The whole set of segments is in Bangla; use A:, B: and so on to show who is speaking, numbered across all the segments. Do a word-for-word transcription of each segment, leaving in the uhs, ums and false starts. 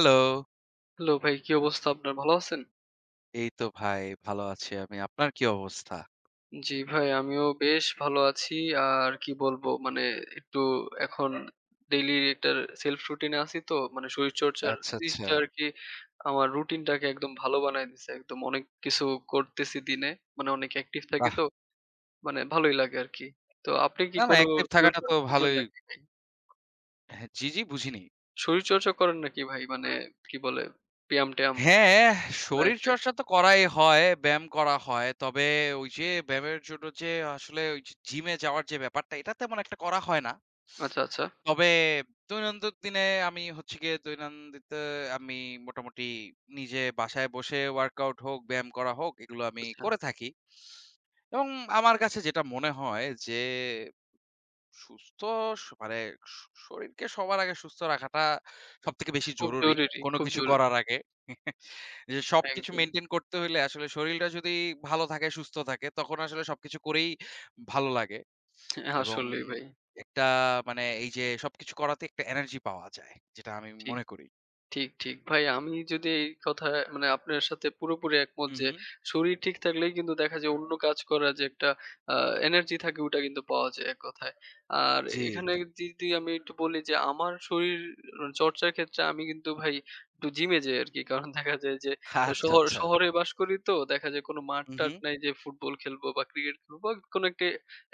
A: হ্যালো!
B: হ্যালো ভাই, কি অবস্থা আপনার? ভালো আছেন?
A: এই তো ভাই ভালো আছি আমি। আপনার কি অবস্থা?
B: জি ভাই, আমিও বেশ ভালো আছি। আর কি বলবো মানে একটু এখন ডেইলি একটা সেলফ রুটিনে আছি তো মানে শরীরচর্চার
A: আচ্ছা, আচ্ছা।
B: জিনিসটা আরকি আমার রুটিনটাকে একদম ভালো বানায় দিছে। একদম অনেক কিছু করতেছি দিনে। মানে অনেক অ্যাক্টিভ থাকি
A: বাহ!
B: তো মানে ভালোই লাগে আরকি। তো আপনি কি
A: না, না,
B: কোনো
A: অ্যাক্টিভ থাকাটা তো
B: শরীরচর্চা করেন
A: ভালোই।
B: নাকি ভাই?
A: হ্যাঁ, জি, জি, বুঝিনি।
B: শরীরচর্চা করেন নাকি ভাই? মানে কি বলে ব্যায়াম-ট্যায়াম
A: হ্যাঁ,
B: লাইফে?
A: শরীরচর্চা তো করাই হয়, ব্যায়াম করা হয়। তবে ওই যে ব্যায়ামের জন্য যে আসলে ওই যে জিমে যাওয়ার যে ব্যাপারটা, এটা তেমন একটা করা হয় না।
B: আচ্ছা, আচ্ছা,
A: তবে দৈনন্দিন দিনে আমি হচ্ছে গিয়ে দৈনন্দিতে আমি মোটামুটি নিজে বাসায় বসে ওয়ার্কআউট হোক, ব্যায়াম করা হোক, এগুলো আমি
B: আচ্ছা।
A: করে থাকি। এবং আমার কাছে যেটা মনে হয় যে সুস্থ স মানে স শরীরকে সবার আগে সুস্থ রাখাটা সবথেকে বেশি
B: খুব
A: জরুরি।
B: জরুরি,
A: কোন
B: খুব
A: কিছু
B: জরুরি।
A: করার আগে। যে সবকিছু
B: একদম।
A: মেইনটেইন করতে হইলে আসলে শরীরটা যদি ভালো থাকে, সুস্থ থাকে তখন আসলে সবকিছু করেই ভালো লাগে এবং
B: আসলেই ভাই।
A: একটা মানে এই যে সবকিছু করাতে একটা এনার্জি পাওয়া যায়। যেটা আমি
B: ঠিক।
A: মনে করি।
B: ঠিক, ঠিক। ভাই আমি যদি এই কথা মানে আপনার সাথে পুরোপুরি একমত
A: হু,
B: যে
A: হু।
B: শরীর ঠিক থাকলেই কিন্তু দেখা যায় অন্য কাজ করার যে একটা আ এনার্জি থাকে ওটা কিন্তু পাওয়া যায় এক কথায়। আর
A: জি,
B: এখানে
A: জি।
B: যদি আমি একটু বলি যে আমার শরীর চর্চার ক্ষেত্রে আমি কিন্তু ভাই একটু জিমে যাই আরকি। কারণ দেখা যায় যে
A: আচ্ছা,
B: শহর
A: আচ্ছা।
B: শহরে বাস করি তো দেখা যায় কোনো
A: হু,
B: মাঠ-টাঠ
A: হু।
B: নাই যে ফুটবল খেলবো বা ক্রিকেট খেলবো বা কোনো একটা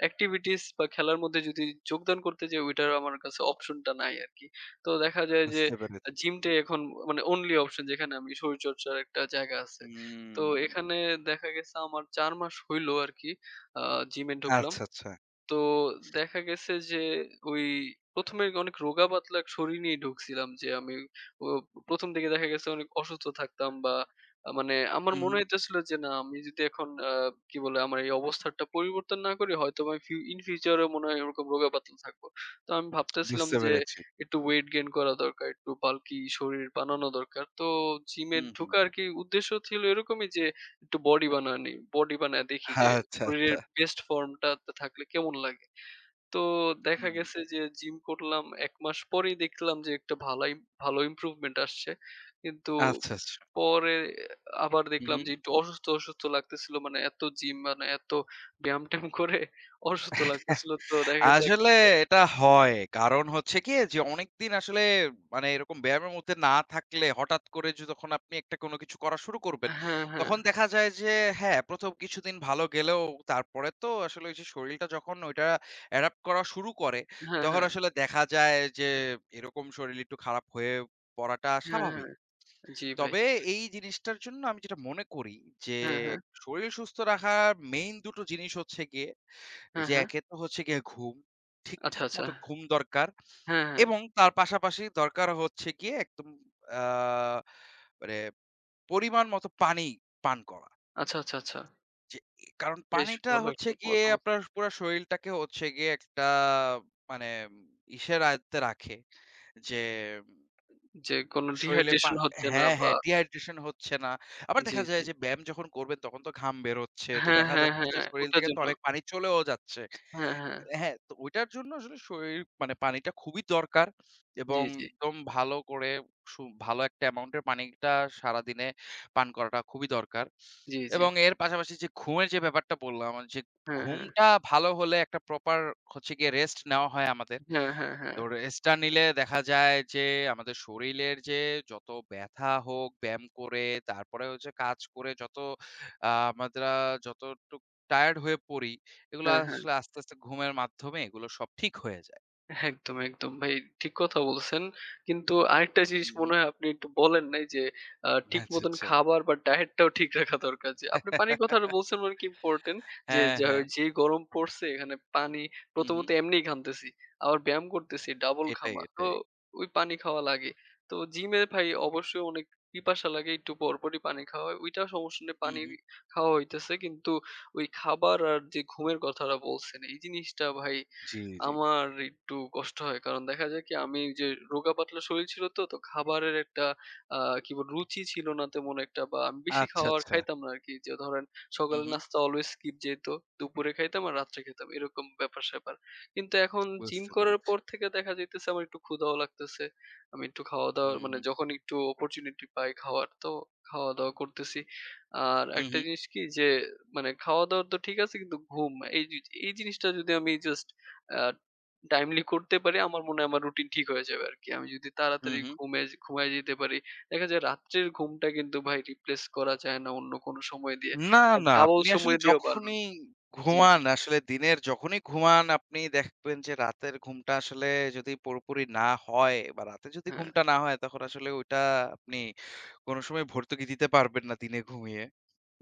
B: এক্টিভিটিস বা খেলার মধ্যে যদি যোগদান করতে যাই ওইটার আমার কাছে অপশনটা নাই আরকি। তো দেখা যায় যে
A: বুঝতে পেরেছি।
B: জিমটাই এখন মানে only option যেখানে আমি শরীরচর্চার একটা জায়গা আছে। তো
A: হুম।
B: এখানে দেখা গেছে আমার চার মাস হইলো আরকি আ জিমে ঢুকলাম।
A: আচ্ছা, আচ্ছা।
B: তো দেখা গেছে যে ওই ১ম এ অনেক রোগা পাতলা এক শরীর নিয়ে ঢুকছিলাম যে আমি ও ১ম দিকে দেখা গেছে অনেক অসুস্থ থাকতাম বা আ মানে আমার
A: হু, হু।
B: মনে হইতেছিল যে না আমি যদি এখন আ কি বলে আমার এই অবস্থাটা পরিবর্তন না করি হয়তোবা ফি ইন ফিউচার এও মনে হয় এরকম রোগা পাতলা থাকবো। তো আমি ভাবতেছিলাম
A: বুঝতে
B: যে
A: পেরেছি।
B: একটু ওয়েট গেইন করা দরকার, একটু বাল্কি শরীর বানানো দরকার। তো জিমে
A: হু, হু।
B: ঢুকা আরকি উদ্দেশ্য ছিল এরকমই যে একটু বডি বানানি, বডি বানায় দেখি যে
A: আচ্ছা,
B: শরীরের
A: আচ্ছা।
B: বেস্ট ফর্মটাতে থাকলে কেমন লাগে? তো দেখা
A: হুম।
B: গেছে যে জিম করলাম এক মাস পরেই দেখলাম যে একটা ভালাই ভালো ইমপ্রুভমেন্ট আসছে। কিন্তু
A: আচ্ছা, আচ্ছা।
B: পরে আবার
A: হু,
B: দেখলাম
A: হু।
B: যে একটু অসুস্থ, অসুস্থ লাগতেছিল। মানে এত জিম মানে এত ব্যায়াম-ট্যায়াম করে অসুস্থ লাগতেছিল। তো দেখা গেছে এক
A: আসলে
B: মাস
A: এটা হয়। কারণ হচ্ছে গিয়ে যে অনেকদিন আসলে মানে এরকম ব্যায়ামের মধ্যে না থাকলে হঠাৎ করে য যখন আপনি একটা কোনো কিছু করা শুরু করবেন,
B: হ্যাঁ, হ্যাঁ,
A: তখন দেখা যায় যে হ্যাঁ, প্রথম কিছুদিন ভালো গেলেও তারপরে তো আসলে ওই যে শরীরটা যখন ওইটা অ্যাডপ্ট করা শুরু করে,
B: হ্যাঁ,
A: তখন
B: হ্যাঁ,
A: আসলে দেখা যায় যে এরকম শরীর একটু খারাপ হয়ে পড়াটা
B: হ্যাঁ, হ্যাঁ।
A: স্বাভাবিক।
B: জি ভাই।
A: তবে এই জিনিসটার জন্য আমি যেটা মনে করি যে
B: হ্যাঁ, হ্যাঁ,
A: শরীর সুস্থ রাখার মেইন দুটো টো জিনিস হচ্ছে গিয়ে
B: হ্যাঁ,
A: যে
B: হ্যাঁ।
A: একে তো হচ্ছে গিয়ে ঘুম,
B: আচ্ছা,
A: ঠিকঠাক
B: আচ্ছা।
A: মতো ঘুম দরকার
B: হ্যাঁ, হ্যাঁ।
A: এবং তার পাশাপাশি দরকার হচ্ছে গিয়ে একদম আ মানে পরিমাণ মতো পানি পান করা।
B: আচ্ছা, আচ্ছা, আচ্ছা।
A: যে কারণ
B: বেশ
A: পানিটা
B: ভালো
A: হচ্ছে
B: একটা
A: গিয়ে
B: কথা বলছেন
A: আপনার পুরা শরীলটাকে হচ্ছে গিয়ে একটা মানে ইসের আয়ত্তে রাখে যে
B: যে কোনো
A: শরীরে পা
B: ডিহাইড্রেশন হচ্ছে না
A: হ্যাঁ,
B: বা
A: হ্যাঁ, dehydration হচ্ছে না। আবার
B: জি,
A: দেখা
B: জি।
A: যায় যে ব্যায়াম যখন করবেন তখন তো ঘাম বেরোচ্ছে। তো
B: হ্যাঁ,
A: দেখা
B: হ্যাঁ,
A: যাচ্ছে যে
B: হ্যাঁ।
A: শরীর
B: ওটার
A: থেকে তো
B: জন্য।
A: অনেক পানি চলেও যাচ্ছে।
B: হ্যাঁ, হ্যাঁ।
A: হ্যাঁ, তো ওইটার জন্য আসলে শরীর মানে পানিটা খুবই দরকার
B: জি,
A: এবং
B: জি।
A: একদম ভালো করে সু ভালো একটা অ্যামাউন্ট এর পানিটা সারাদিনে পান করাটা খুবই দরকার।
B: জি, জি।
A: এবং এর পাশাপাশি যে ঘুমের যে ব্যাপারটা বললাম যে
B: হ্যাঁ, হ্যাঁ।
A: ঘুমটা ভালো হলে একটা প্রপার হচ্ছে গিয়ে রেস্ট নেওয়া হয় আমাদের।
B: হ্যাঁ, হ্যাঁ, হ্যাঁ।
A: তোর রেস্টটা নিলে দেখা যায় যে আমাদের শরীরের যে যত ব্যথা হোক ব্যায়াম করে তারপরে হচ্ছে কাজ করে যত আ আমরা যতটুক টায়ার্ড হয়ে পড়ি এগুলো
B: হ্যাঁ, হ্যাঁ।
A: আসলে আস্তে, আস্তে ঘুমের মাধ্যমে এগুলো সব ঠিক হয়ে যায়।
B: একদম, একদম ভাই ঠিক কথা বলছেন। কিন্তু আরেকটা জিনিস
A: হুম,
B: মনে
A: হুম।
B: হয় আপনি একটু বলেন নাই যে আ ঠিক
A: আচ্ছা,
B: মতন
A: আচ্ছা।
B: খাবার বা ডায়েটটাও ঠিক রাখা দরকার। যে আপনি পানির কথাটা বলছেন অনেক ইম্পোর্টেন্ট যে,
A: হ্যাঁ,
B: যা
A: হ্যাঁ।
B: যে গরম পড়ছে এখানে পানি
A: হুম,
B: প্রথমত
A: হুম।
B: এমনিই ঘামতেছি। আবার ব্যায়াম করতেছি, ডাবল
A: এটাই,
B: ঘামা। তো
A: এটাই।
B: ওই পানি খাওয়া লাগে। তো জিমে ভাই অবশ্যই অনেক পিপাসা লাগে একটু পরপরই পানি খাওয়া হয়। ওইটা সমস্যা নেই
A: হুম,
B: পানি
A: হুম।
B: খাওয়া হইতেছে। কিন্তু ওই খাবার আর যে ঘুমের কথাটা বলছেন এই জিনিসটা ভাই
A: জি, জি।
B: আমার একটু কষ্ট হয়। কারণ দেখা যায় কি আমি যে রোগা পাতলা শরীর ছিল তো, তো খাবারের একটা আ কি বলবো রুচি ছিল না তেমন একটা বা আমি বেশি
A: আচ্ছা,
B: খাওয়ার
A: আচ্ছা।
B: খাইতাম না আরকি। যে ধরেন
A: হুম,
B: সকালের
A: হুম।
B: নাস্তা অলওয়েজ স্কিপ যেত। দুপুরে খাইতাম আর রাত্রে খেতাম। এরকম ব্যাপার-স্যাপার। কিন্তু এখন জিম
A: বুঝতে
B: করার
A: পেরেছি।
B: পর থেকে দেখা যাইতেছে আমার একটু ক্ষুধাও লাগতেছে। আমি একটু খাওয়া-দাওয়া
A: হুম,
B: মানে
A: হুম।
B: যখন একটু অপরচুনিটি পাই খাওয়ার তো খাওয়া-দাওয়া করতেছি। আর
A: হুম,
B: একটা
A: হুম।
B: জিনিস কি যে মানে খাওয়া-দাওয়ার তো ঠিক আছে কিন্তু ঘুম এই জি এই জিনিসটা যদি আমি জাস্ট আ টাইমলি করতে পারি আমার মনে হয় আমার রুটিন ঠিক হয়ে যাবে আরকি। আমি যদি
A: হুম,
B: তাড়াতাড়ি
A: হুম।
B: ঘুমে ঘুমায় যেতে পারি। দেখা যায় রাত্রের ঘুমটা কিন্তু ভাই রিপ্লেস করা যায় না অন্য কোনো সময় দিয়ে।
A: না,
B: আর
A: না।
B: ডাবল
A: আপনি আসলে
B: সময় দিয়েও পারবেন
A: যখনই
B: জি,
A: ঘুমান
B: জি।
A: আসলে দিনের যখনই ঘুমান আপনি দেখবেন যে রাতের ঘুমটা আসলে যদি পুরোপুরি না হয় বা রাতে যদি
B: হ্যাঁ,
A: ঘুমটা না হয় তখন আসলে ওইটা আপনি কোন সময় ভর্তুকি দিতে পারবেন না দিনে ঘুমিয়ে।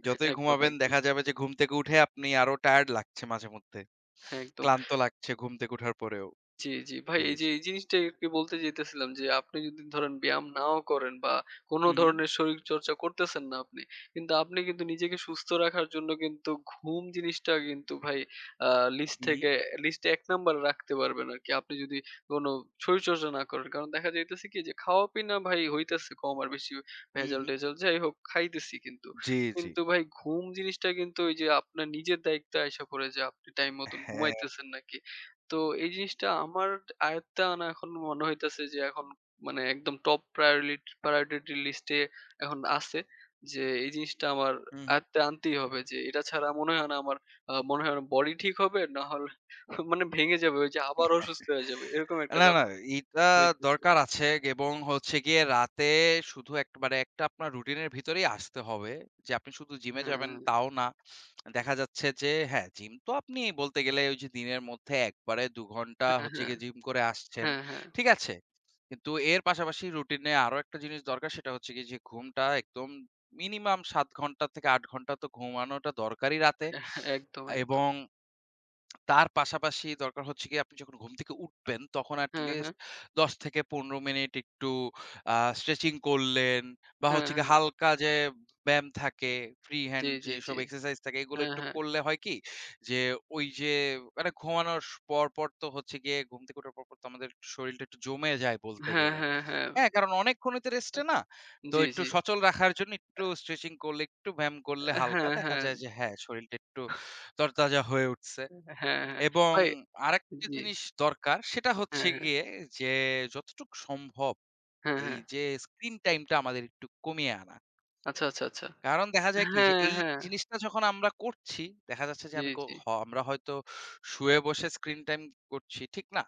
A: যতই
B: একদম,
A: ঘুমাবেন
B: একদম।
A: দেখা যাবে যে ঘুম থেকে উঠে আপনি আরো টায়ার্ড লাগছে মাঝেমধ্যে।
B: হ্যাঁ, একদম।
A: ক্লান্ত লাগছে ঘুম থেকে উঠার পরেও।
B: জি, জি। ভাই
A: জি,
B: এই যে
A: জি।
B: এই জিনিসটাই আরকি বলতে চাইতেছিলাম যে আপনি যদি ধরেন ব্যায়াম নাও করেন বা কোন
A: হু, হু,
B: ধরনের শরীরচর্চা করতেছেন না আপনি। কিন্তু আপনি কিন্তু নিজেকে সুস্থ রাখার জন্য কিন্তু ঘুম জিনিসটা কিন্তু ভাই আ লিস্ট
A: হু, হু,
B: থেকে লিস্টে এক নাম্বারে রাখতে পারবেন আরকি। আপনি যদি কোন শরীরচর্চা না করেন। কারণ দেখা যাইতেছে কি যে খাওয়া-পিনা ভাই হইতেছে কম আর বেশি
A: হু, হু।
B: ভেজাল-টেজাল যাই হোক খাইতেছি কিন্তু।
A: জি, জি।
B: কিন্তু ভাই ঘুম জিনিসটা কিন্তু ওই যে আপনার নিজের দায়িত্বে আইসা পড়ে যে আপনি টাইম মতন
A: হ্যাঁ।
B: ঘুমাইতেছেন নাকি তো এই জিনিসটা আমার আয়ত্তে আনা এখন মনে হইতেছে যে এখন মানে একদম টপ প্রায়োরিটি প্রায়োরিটি লিস্টে এখন আছে যে এই জিনিসটা আমার
A: হু, হু।
B: আয়ত্তে আনতেই হবে যে এটা ছাড়া মনে হয় না আমার আহ, মনে হয় না বডি ঠিক হবে না হলে মানে ভেঙে যাবে ওই যে আবার অসুস্থ হয়ে যাবে এরকম একটা
A: না, না,
B: ব্যাপার
A: এটা
B: হইতেছে
A: দরকার আছে এবং হচ্ছে গিয়ে রাতে শুধু একবারে একটা আপনার রুটিনের ভিতরেই আসতে হবে যে আপনি শুধু জিমে
B: হ্যাঁ
A: যাবেন তাও না। দেখা যাচ্ছে যে হ্যাঁ, জিম তো আপনি বলতে গেলে ওই যে দিনের মধ্যে একবারে দুই ঘন্টা
B: হ্যাঁ হ্যাঁ
A: হচ্ছে
B: হ্যাঁ
A: গিয়ে জিম করে আসছেন।
B: হ্যাঁ হ্যাঁ
A: ঠিক আছে? কিন্তু এর পাশাপাশি রুটিনে আরো একটা জিনিস দরকার সেটা হচ্ছে গিয়ে যে ঘুমটা একদম মিনিমাম সাত ঘন্টা থেকে আট ঘন্টা তো ঘুমানোটা দরকারই রাতে
B: হ্যাঁ, একদম একদম
A: এবং তার পাশাপাশি দরকার হচ্ছে গিয়ে আপনি যখন ঘুম থেকে উঠবেন, তখন at
B: হ্যাঁ হ্যাঁ
A: least দশ থেকে পনেরো মিনিট একটু আ স্ট্রেচিং করলেন বা
B: হ্যাঁ
A: হচ্ছে
B: হ্যাঁ
A: গিয়ে হালকা যে ব্যায়াম থাকে, ফ্রি
B: জি
A: হ্যান্ড
B: জি জি
A: যেসব এক্সারসাইজ থাকে, এগুলো
B: হ্যাঁ
A: একটু
B: হ্যাঁ
A: করলে হয় কি যে ওই যে মানে ঘুমানোর স পর, পর তো হচ্ছে গিয়ে ঘুম থেকে ওঠার পর, পর তো আমাদের একটু শরীরটা একটু জমে যায় বলতে
B: হ্যাঁ
A: গেলে।
B: হ্যাঁ হ্যাঁ
A: হ্যাঁ, কারণ অনেকক্ষণই তো রেস্টে না। তো
B: জি
A: একটু
B: জি
A: সচল রাখার জন্য একটু স্ট্রেচিং করলে, একটু ব্যায়াম করলে হালকা
B: হ্যাঁ
A: দেখা
B: হ্যাঁ
A: যায় যে হ্যাঁ, শরীরটা একটু তরতাজা হয়ে উঠছে।
B: হ্যাঁ হ্যাঁ
A: এবং
B: ভাই
A: আরেকটা
B: জি
A: জিনিস দরকার সেটা
B: হ্যাঁ,
A: হচ্ছে
B: হ্যাঁ।
A: গিয়ে যে যতটুক সম্ভব
B: হ্যাঁ,
A: এই
B: হ্যাঁ।
A: যে স্ক্রিন টাইমটা আমাদের একটু কমিয়ে আনা।
B: আচ্ছা, আচ্ছা, আচ্ছা।
A: কারণ দেখা যায় কি যে
B: হ্যাঁ,
A: এই
B: হ্যাঁ।
A: জিনিসটা যখন আমরা করছি, দেখা যাচ্ছে যে
B: জি,
A: আমি ক
B: জি।
A: হ আমরা হয়তো শুয়ে বসে স্ক্রিন টাইম করছি, ঠিক না?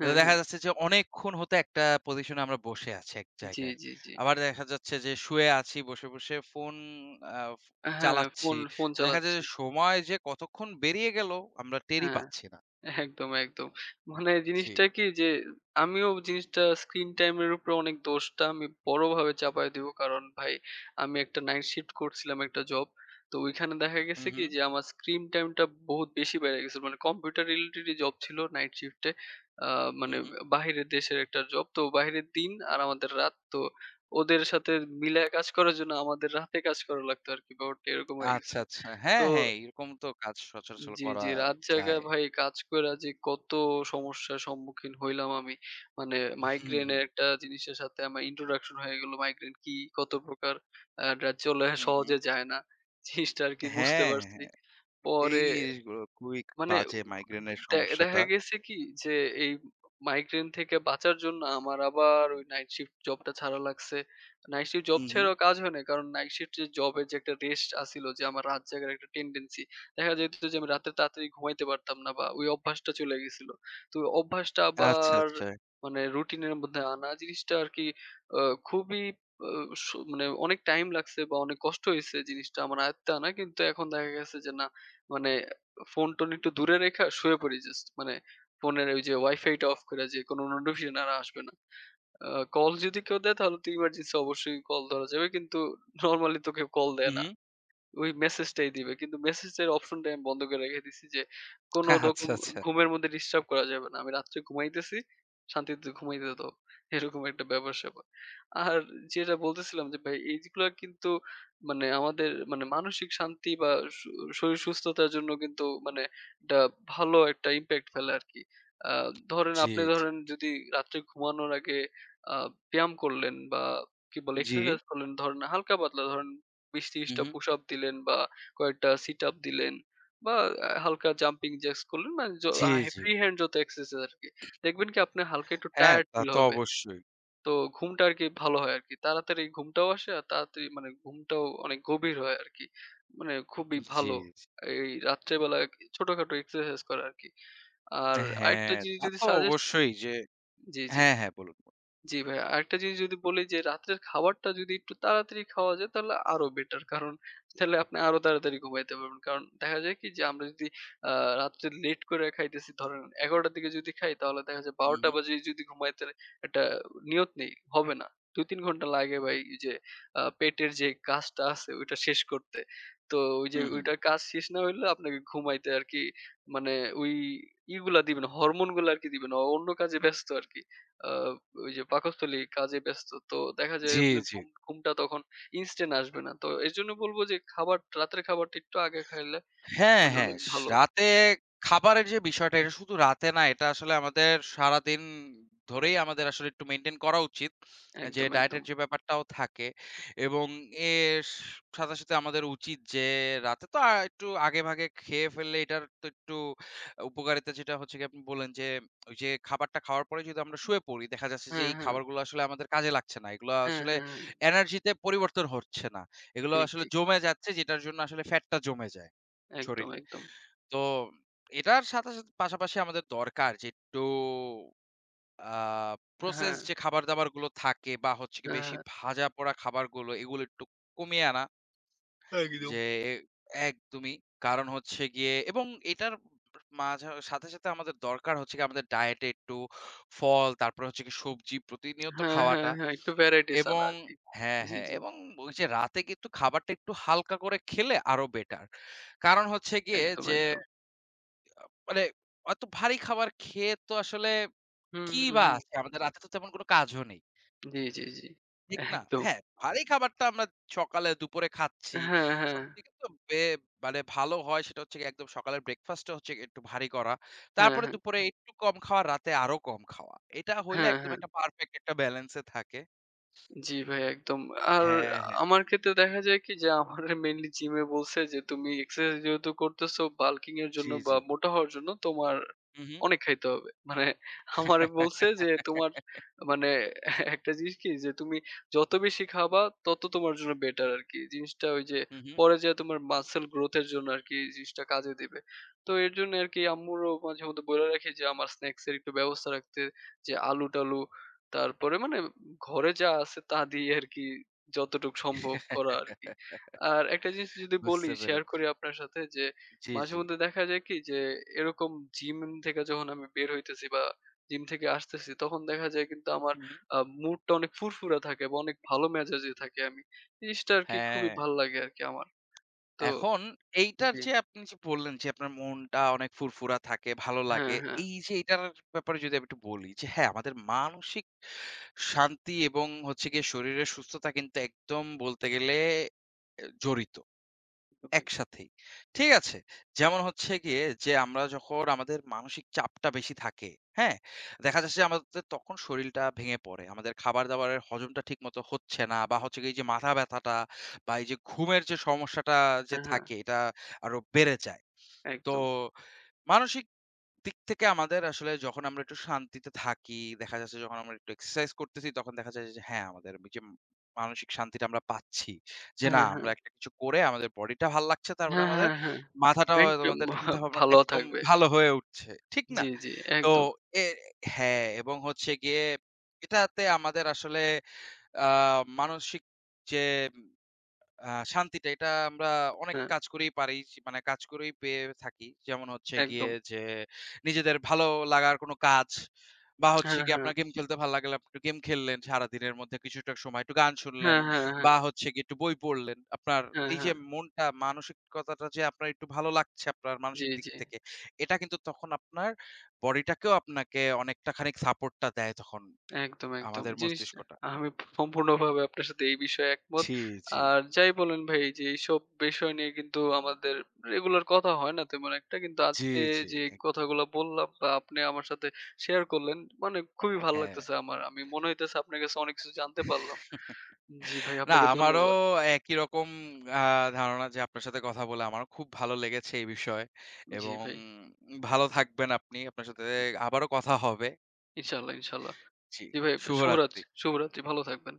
A: তো
B: হ্যাঁ,
A: দেখা
B: হ্যাঁ।
A: যাচ্ছে যে অনেকক্ষণ হতে একটা পজিশনে আমরা বসে আছি এক
B: জি,
A: জায়গায়।
B: জি, জি।
A: আবার দেখা যাচ্ছে যে শুয়ে আছি বসে, বসে ফোন আ
B: হ্যাঁ, ফোন
A: চালাচ্ছি।
B: ফোন
A: তো দেখা যায়
B: চালাচ্ছি।
A: যে সময় যে কতক্ষণ বেরিয়ে গেল আমরা টেরই
B: হ্যাঁ,
A: পাচ্ছি না।
B: একদম, একদম। মানে
A: জি।
B: জিনিসটা কি যে আমিও জিনিসটা স্ক্রিন টাইম এর উপরে অনেক দোষটা আমি বড়ভাবে চাপায় দিব। কারণ ভাই আমি একটা নাইট শিফট করছিলাম একটা জব। তো ওইখানে দেখা
A: হুম,
B: গেছে কি
A: হুম,
B: যে আমার স্ক্রিন টাইমটা বহুত বেশি বেড়ে গেছিল। মানে কম্পিউটার রিলেটেডই জব ছিল নাইট শিফটে। আ
A: হুম,
B: মানে
A: হুম।
B: বাহিরের দেশের একটা জব। তো বাহিরের দিন আর আমাদের রাত। তো ওদের সাথে মিলায় কাজ করার জন্য আমাদের রাতে কাজ করা লাগতো আরকি। ব্যাপারটা এরকম হয়ে
A: আচ্ছা,
B: গেছিল।
A: আচ্ছা। হ্যাঁ,
B: তো
A: হ্যাঁ, এরকম তো কাজ সচরাচর
B: জি,
A: করা
B: জি। রাত জায়গা
A: যায়।
B: ভাই কাজ কইরা যে কত সমস্যার সম্মুখীন হইলাম আমি। মানে
A: হুম,
B: মাইগ্রেনের
A: হুম,
B: একটা জিনিসের সাথে আমার introduction হয়ে গেল। মাইগ্রেন কি? কত প্রকার? আ এটা চলে
A: হুম, হুম।
B: সহজে যায় না। জিনিসটা আরকি বুঝতে
A: হ্যাঁ,
B: পারছি।
A: হ্যাঁ। এই
B: পরে
A: জিনিসগুলো খুবই
B: মানে
A: বাজে
B: উ
A: মাইগ্রেনের
B: দে দেখা
A: সমস্যাটা।
B: গেছে কি যে এই মাইগ্রেন থেকে বাঁচার জন্য আমার আবার ওই নাইট শিফট জবটা ছাড়া লাগছে। নাইট শিফট জব
A: হুম, হুম।
B: ছেড়েও কাজ হয় নাই। কারণ নাইট শিফট যে জবের যে একটা রেস্ট আছিল যে আমার রাত জাগার একটা টেনডেন্সি। দেখা যেত যে আমি রাতে তাড়াতাড়ি ঘুমাইতে পারতাম না বা ওই অভ্যাসটা চলে গেছিল। তো ওই অভ্যাসটা
A: আচ্ছা,
B: আবার
A: আচ্ছা।
B: মানে রুটিনের মধ্যে আনা জিনিসটা আরকি আ খুবই আ সু মানে অনেক টাইম লাগছে বা অনেক কষ্ট হইছে জিনিসটা আমার আয়ত্তে আনা। কিন্তু এখন দেখা গেছে যে না মানে ফোন-টোন একটু দূরে রাইখা শুয়ে পড়ি জাস্ট। মানে ফোনের ওই যে Wi-Fi টা অফ কইরা যে কোনো নোটিফিকেশন আর আসবে না। আ কল যদি কেউ দেয় তাহলে তো ইমার্জেন্সি অবশ্যই কল ধরা যাবে। কিন্তু নরমালি তো কেউ কল দেয়
A: হুম,
B: না।
A: হুম।
B: ওই মেসেজটাই দিবে। কিন্তু মেসেজের অপশনটাই আমি বন্ধ করে রেখে দিছি যে, কোনো রকম
A: আচ্ছা, আচ্ছা।
B: ঘুমের মধ্যে ডিস্টার্ব করা যাবে না। আমি রাত্রে ঘুমাইতেছি, শান্তিতে ঘুমাইতে দাও। এরকম একটা ব্যাপার-স্যাপার। আর যেটা বলতেছিলাম যে ভাই এইগুলা কিন্তু মানে আমাদের মানে মানসিক শান্তি বা শ শরীর সুস্থতার জন্য কিন্তু মানে একটা ভালো একটা ইমপ্যাক্ট ফেলে আরকি। আ ধরেন
A: জি,
B: আপনি
A: জি।
B: ধরেন যদি রাত্রে ঘুমানোর আগে আ ব্যায়াম করলেন বা কি বলে
A: জি।
B: এক্সারসাইজ করলেন ধরেন হালকা-পাতলা ধরেন বিশ থেকে ত্রিশ
A: হুম,
B: টা
A: হুম।
B: পুশ আপ দিলেন বা কয়েকটা সিট আপ দিলেন বা আ হালকা জাম্পিং জ্যাকস করলেন মানে য
A: জি,
B: আ
A: জি।
B: ফ্রি হ্যান্ড যত এক্সারসাইজ আরকি। দেখবেন কি আপনার হালকা একটু
A: হ্যাঁ,
B: টায়ার্ড
A: তা
B: ফিল
A: তো
B: হবে।
A: অবশ্যই।
B: তো ঘুমটা আরকি ভালো হয় আরকি। তাড়াতাড়ি ঘুমটাও আসে আর তাড়াতাড়ি মানে ঘুমটাও অনেক গভীর হয় আরকি। মানে খুবই
A: জি,
B: ভালো।
A: জি।
B: এই রাত্রে বেলা ছোটখাটো এক্সারসাইজ করা আরকি। আর আরেকটা
A: হ্যাঁ,
B: জিনিস
A: তা
B: যদি
A: তো
B: সাজেস্ট
A: অবশ্যই যে
B: জি, জি।
A: হ্যাঁ, হ্যাঁ, বলুন। বলুন।
B: জি ভাইয়া। আরেকটা জিনিস যদি বলি যে রাত্রের খাবারটা যদি একটু তাড়াতাড়ি খাওয়া যায় তাহলে আরো বেটার। কারণ তাহলে আপনি আরো তাড়াতাড়ি ঘুমাইতে পারবেন। কারণ দেখা যায় কি যে আমরা যদি আ রাত্রে লেট করে খাইতেছি ধরেন এগারো টার দিকে যদি খাই তাহলে দেখা যায় বারো
A: হুম,
B: টা
A: হুম।
B: বাজে যদি ঘুমাইতে একটা নিয়ত নেই, হবে না। দুই তিন ঘন্টা লাগে ভাই এই যে আ পেটের যে কাজটা আছে ওইটা শেষ করতে। তো ওই যে
A: হুম, হুম।
B: ওইটার কাজ শেষ না হইলে আপনাকে ঘুমাইতে আরকি মানে ওই ইগুলা দিবে না, হরমোন গুলা আরকি দিবে না। অন্য কাজে ব্যস্ত আরকি। আ ওই যে পাকস্থলী কাজে ব্যস্ত। তো দেখা যায়
A: জি,
B: আপনার
A: জি।
B: ঘুম ঘুমটা তখন ইনস্ট্যান্ট আসবে না। তো এজন্য বলব যে খাবার রাতের খাবারটা একটু আগে খাইলে
A: হ্যাঁ,
B: মানে
A: হ্যাঁ।
B: অনেক
A: স
B: ভালো।
A: রাতে খাবারের যে বিষয়টা এটা শুধু রাতে না, এটা আসলে আমাদের সারাদিন ধরেই আমাদের আসলে একটু মেইনটেইন করা উচিত। যে
B: একদম, একদম।
A: ডায়েটের যে ব্যাপারটাও থাকে এবং এর স- সাথে, সাথে আমাদের উচিত যে রাতে তো আ একটু আগেভাগে খেয়ে ফেললে এটার তো একটু উপকারিতা যেটা হচ্ছে গিয়ে আপনি বললেন যে, ওই যে খাবারটা খাওয়ার পরে যদি আমরা শুয়ে পড়ি, দেখা যাচ্ছে যে
B: হ্যাঁ,
A: এই
B: হ্যাঁ।
A: খাবারগুলো আসলে আমাদের কাজে লাগছে না। এগুলো
B: হ্যাঁ,
A: আসলে
B: হ্যাঁ, হ্যাঁ।
A: এনার্জিতে পরিবর্তন হচ্ছে না। এগুলো
B: ঠিক,
A: আসলে
B: ঠিক।
A: জমে যাচ্ছে যেটার জন্য আসলে ফ্যাটটা জমে যায়।
B: একদম,
A: শরীলে।
B: একদম।
A: তো এটার সাথে, সাথে পাশাপাশি আমাদের দরকার যে একটু আ প্রসেস
B: হ্যাঁ,
A: যে খাবার-দাবার গুলো থাকে বা হচ্ছে গিয়ে
B: হ্যাঁ,
A: বেশি
B: হ্যাঁ।
A: ভাজা পোড়া খাবারগুলো এগুলো একটু কমিয়ে আনা।
B: একদম।
A: যে এ- একদমই। কারণ হচ্ছে গিয়ে এবং এটার মাঝা সাথে, সাথে আমাদের দরকার হচ্ছে গিয়ে আমাদের ডায়েটে একটু ফল, তারপরে হচ্ছে গিয়ে সবজি প্রতিনিয়ত
B: হ্যাঁ, হ্যাঁ,
A: খাওয়াটা
B: হ্যাঁ। একটু ভ্যারাইটিস আনা
A: এবং
B: আরকি।
A: হ্যাঁ,
B: জি,
A: হ্যাঁ,
B: জি।
A: এবং ওই যে রাতে কিন্তু খাবারটা একটু হালকা করে খেলে আরো বেটার। কারণ হচ্ছে গিয়ে
B: একদম,
A: যে
B: একদম।
A: মানে অত ভারী খাবার খেয়ে তো আসলে
B: হুম,
A: কি
B: হুম,
A: বা
B: হুম।
A: আছে? আমাদের রাতে তো তেমন কোনো কাজও নেই।
B: জি, জি, জি।
A: ঠিক না?
B: একদম।
A: হ্যাঁ, ভারী খাবারটা আমরা সকালে দুপুরে খাচ্ছি।
B: হ্যাঁ, হ্যাঁ।
A: সবথেকে তো বে মানে ভালো হয় সেটা হচ্ছে গিয়ে একদম সকালের ব্রেকফাস্টটা হচ্ছে গিয়ে একটু ভারী করা।
B: হ্যাঁ,
A: তারপরে
B: হ্যাঁ।
A: দুপুরে একটু কম খাওয়া, রাতে আরো কম খাওয়া। এটা হইলে
B: হ্যাঁ,
A: একদম
B: হ্যাঁ।
A: একটা পারফেক্ট একটা ব্যালেন্স এ থাকে।
B: জি ভাই একদম। আর
A: হ্যাঁ, হ্যাঁ।
B: আমার ক্ষেত্রে দেখা যায় কি যে আমারে মেইনলি জিমে বলছে যে তুমি এক্সারসাইজ যেহেতু করতেছো বাল্কিং এর জন্য
A: জি,
B: বা
A: জি।
B: মোটা হওয়ার জন্য তোমার
A: হু, হু।
B: অনেক খাইতে হবে। মানে আমারে বলছে যে তোমার মানে একটা জিনিস কি যে তুমি যত বেশি খাবা তত তোমার জন্য বেটার আরকি। জিনিসটা ওই যে
A: হু, হু।
B: পরে যেয়ে তোমার মাসল গ্রোথ এর জন্য আরকি এই জিনিসটা কাজে দিবে। তো এর জন্য আরকি আম্মুরও মাঝে মধ্যে বইলা রাখি যে আমার স্ন্যাকস এর একটু ব্যবস্থা রাখতে যে আলু-টালু তারপরে মানে ঘরে যা আছে তা দিয়ে আরকি যতটুকু সম্ভব করা আরকি। আর একটা জিনিস যদি বলি
A: বুঝতে
B: শেয়ার
A: পেরেছি।
B: করি আপনার সাথে যে,
A: জি, জি।
B: মাঝেমধ্যে দেখা যায় কি যে এরকম জিম থেকে যখন আমি বের হইতেছি বা জিম থেকে আসতেছি তখন দেখা যায় কিন্তু আমার
A: হু, হু।
B: আ মুডটা অনেক ফুরফুরা থাকে বা অনেক ভালো মেজাজে থাকি আমি। জিনিসটা আরকি খুবই
A: হ্যাঁ।
B: ভাল লাগে আরকি আমার। তো
A: এখন এইটার
B: জি।
A: যে আপনি যে বললেন যে আপনার মনটা অনেক ফুরফুরা থাকে, ভালো
B: হ্যাঁ,
A: লাগে।
B: হ্যাঁ।
A: এই যে এটার ব্যাপারে যদি আমি একটু বলি যে হ্যাঁ, আমাদের মানসিক শান্তি এবং হচ্ছে গিয়ে শরীরের সুস্থতা কিন্তু একদম বলতে গেলে এ জড়িত।
B: একদম, একদম।
A: একসাথেই। ঠিক আছে? যেমন হচ্ছে গিয়ে যে আমরা যখন আমাদের মানসিক চাপটা বেশি থাকে, হ্যাঁ? দেখা যাচ্ছে যে আমাদের তখন শরীলটা ভেঙে পড়ে। আমাদের খাবার-দাবারের হজমটা ঠিকমতো হচ্ছে না বা হচ্ছে গিয়ে এই যে মাথা ব্যাথাটা বা এই যে ঘুমের যে সমস্যাটা যে
B: হ্যাঁ, হ্যাঁ।
A: থাকে এটা আরো বেড়ে যায়। তো
B: একদম।
A: মানসিক দিক থেকে আমাদের আসলে যখন আমরা একটু শান্তিতে থাকি, দেখা যাচ্ছে যখন আমরা একটু এক্সারসাইজ করতেছি, তখন দেখা যায় যে হ্যাঁ, আমাদের যে মানসিক শান্তিটা আমরা পাচ্ছি। যে না
B: হ্যাঁ, হ্যাঁ।
A: আমরা একটা কিছু করে আমাদের বডিটা ভাল লাগছে। তারপরে
B: হ্যাঁ,
A: আমাদের
B: হ্যাঁ, হ্যাঁ।
A: মাথাটাও
B: একদম
A: আমাদের চিন্তাভাবনা
B: ভালো
A: একদম
B: থাকবে।
A: ভালো হয়ে উঠছে। ঠিক না?
B: জি, জি।
A: তো
B: একদম।
A: এ হ্যাঁ, এবং হচ্ছে গিয়ে এটাতে আমাদের আসলে আ মানসিক যে আ শান্তিটা এটা আমরা অনেক
B: হ্যাঁ,
A: কাজ করেই পারি মানে কাজ করেই পেয়ে থাকি। যেমন হচ্ছে গিয়ে
B: একদম।
A: যে নিজেদের ভালো লাগার কোনো কাজ বা
B: হ্যাঁ,
A: হচ্ছে গিয়ে
B: হ্যাঁ।
A: আপনার গেম খেলতে ভালো লাগলে আপনি গেম খেললেন সারাদিনের মধ্যে কিছুটা সময় একটু গান শুনলেন
B: হ্যাঁ, হ্যাঁ, হ্যাঁ।
A: বা হচ্ছে গিয়ে একটু বই পড়লেন। আপনার
B: হ্যাঁ,
A: এই যে
B: হ্যাঁ।
A: মনটা মানসিকতাটা যে আপনার একটু ভালো লাগছে আপনার
B: জি,
A: মানসিক দিক
B: জি।
A: থেকে এটা কিন্তু তখন আপনার বডিটাকেও আপনাকে অনেকটা খানিক সাপোর্টটা দেয় তখন
B: একদম, একদম।
A: আমাদের
B: জিনিসটা
A: মস্তিষ্কটা।
B: আমি সম্পূর্ণভাবে আপনার সাথে এই বিষয়ে একমত।
A: জি, জি।
B: আর যাই বলেন ভাই যে এইসব বিষয় নিয়ে কিন্তু আমাদের রেগুলার কথা হয় না তেমন একটা। কিন্তু
A: জি,
B: আজকে
A: জি।
B: যে
A: এক
B: কথাগুলো বললাম বা আপনি আমার সাথে শেয়ার করলেন মানে খুবই ভালো
A: হ্যাঁ।
B: লাগতেছে আমার। আমি মনে হইতেছে আপনার কাছে অনেক কিছু জানতে পারলাম। জি ভাই
A: না,
B: আপনাকে
A: আমারও
B: ধন্যবাদ।
A: একই রকম আ ধারণা যে আপনার সাথে কথা বলে আমারও খুব ভালো লেগেছে এই বিষয়ে
B: জি
A: এবং
B: ভাই।
A: ভালো থাকবেন আপনি। আপনার সাথে আবারও কথা হবে।
B: ইনশাআল্লাহ, ইনশাআল্লাহ।
A: জি,
B: জি ভাই শুভরাত্রি,
A: শুভরাত্রি।
B: শুভরাত্রি। ভালো থাকবেন।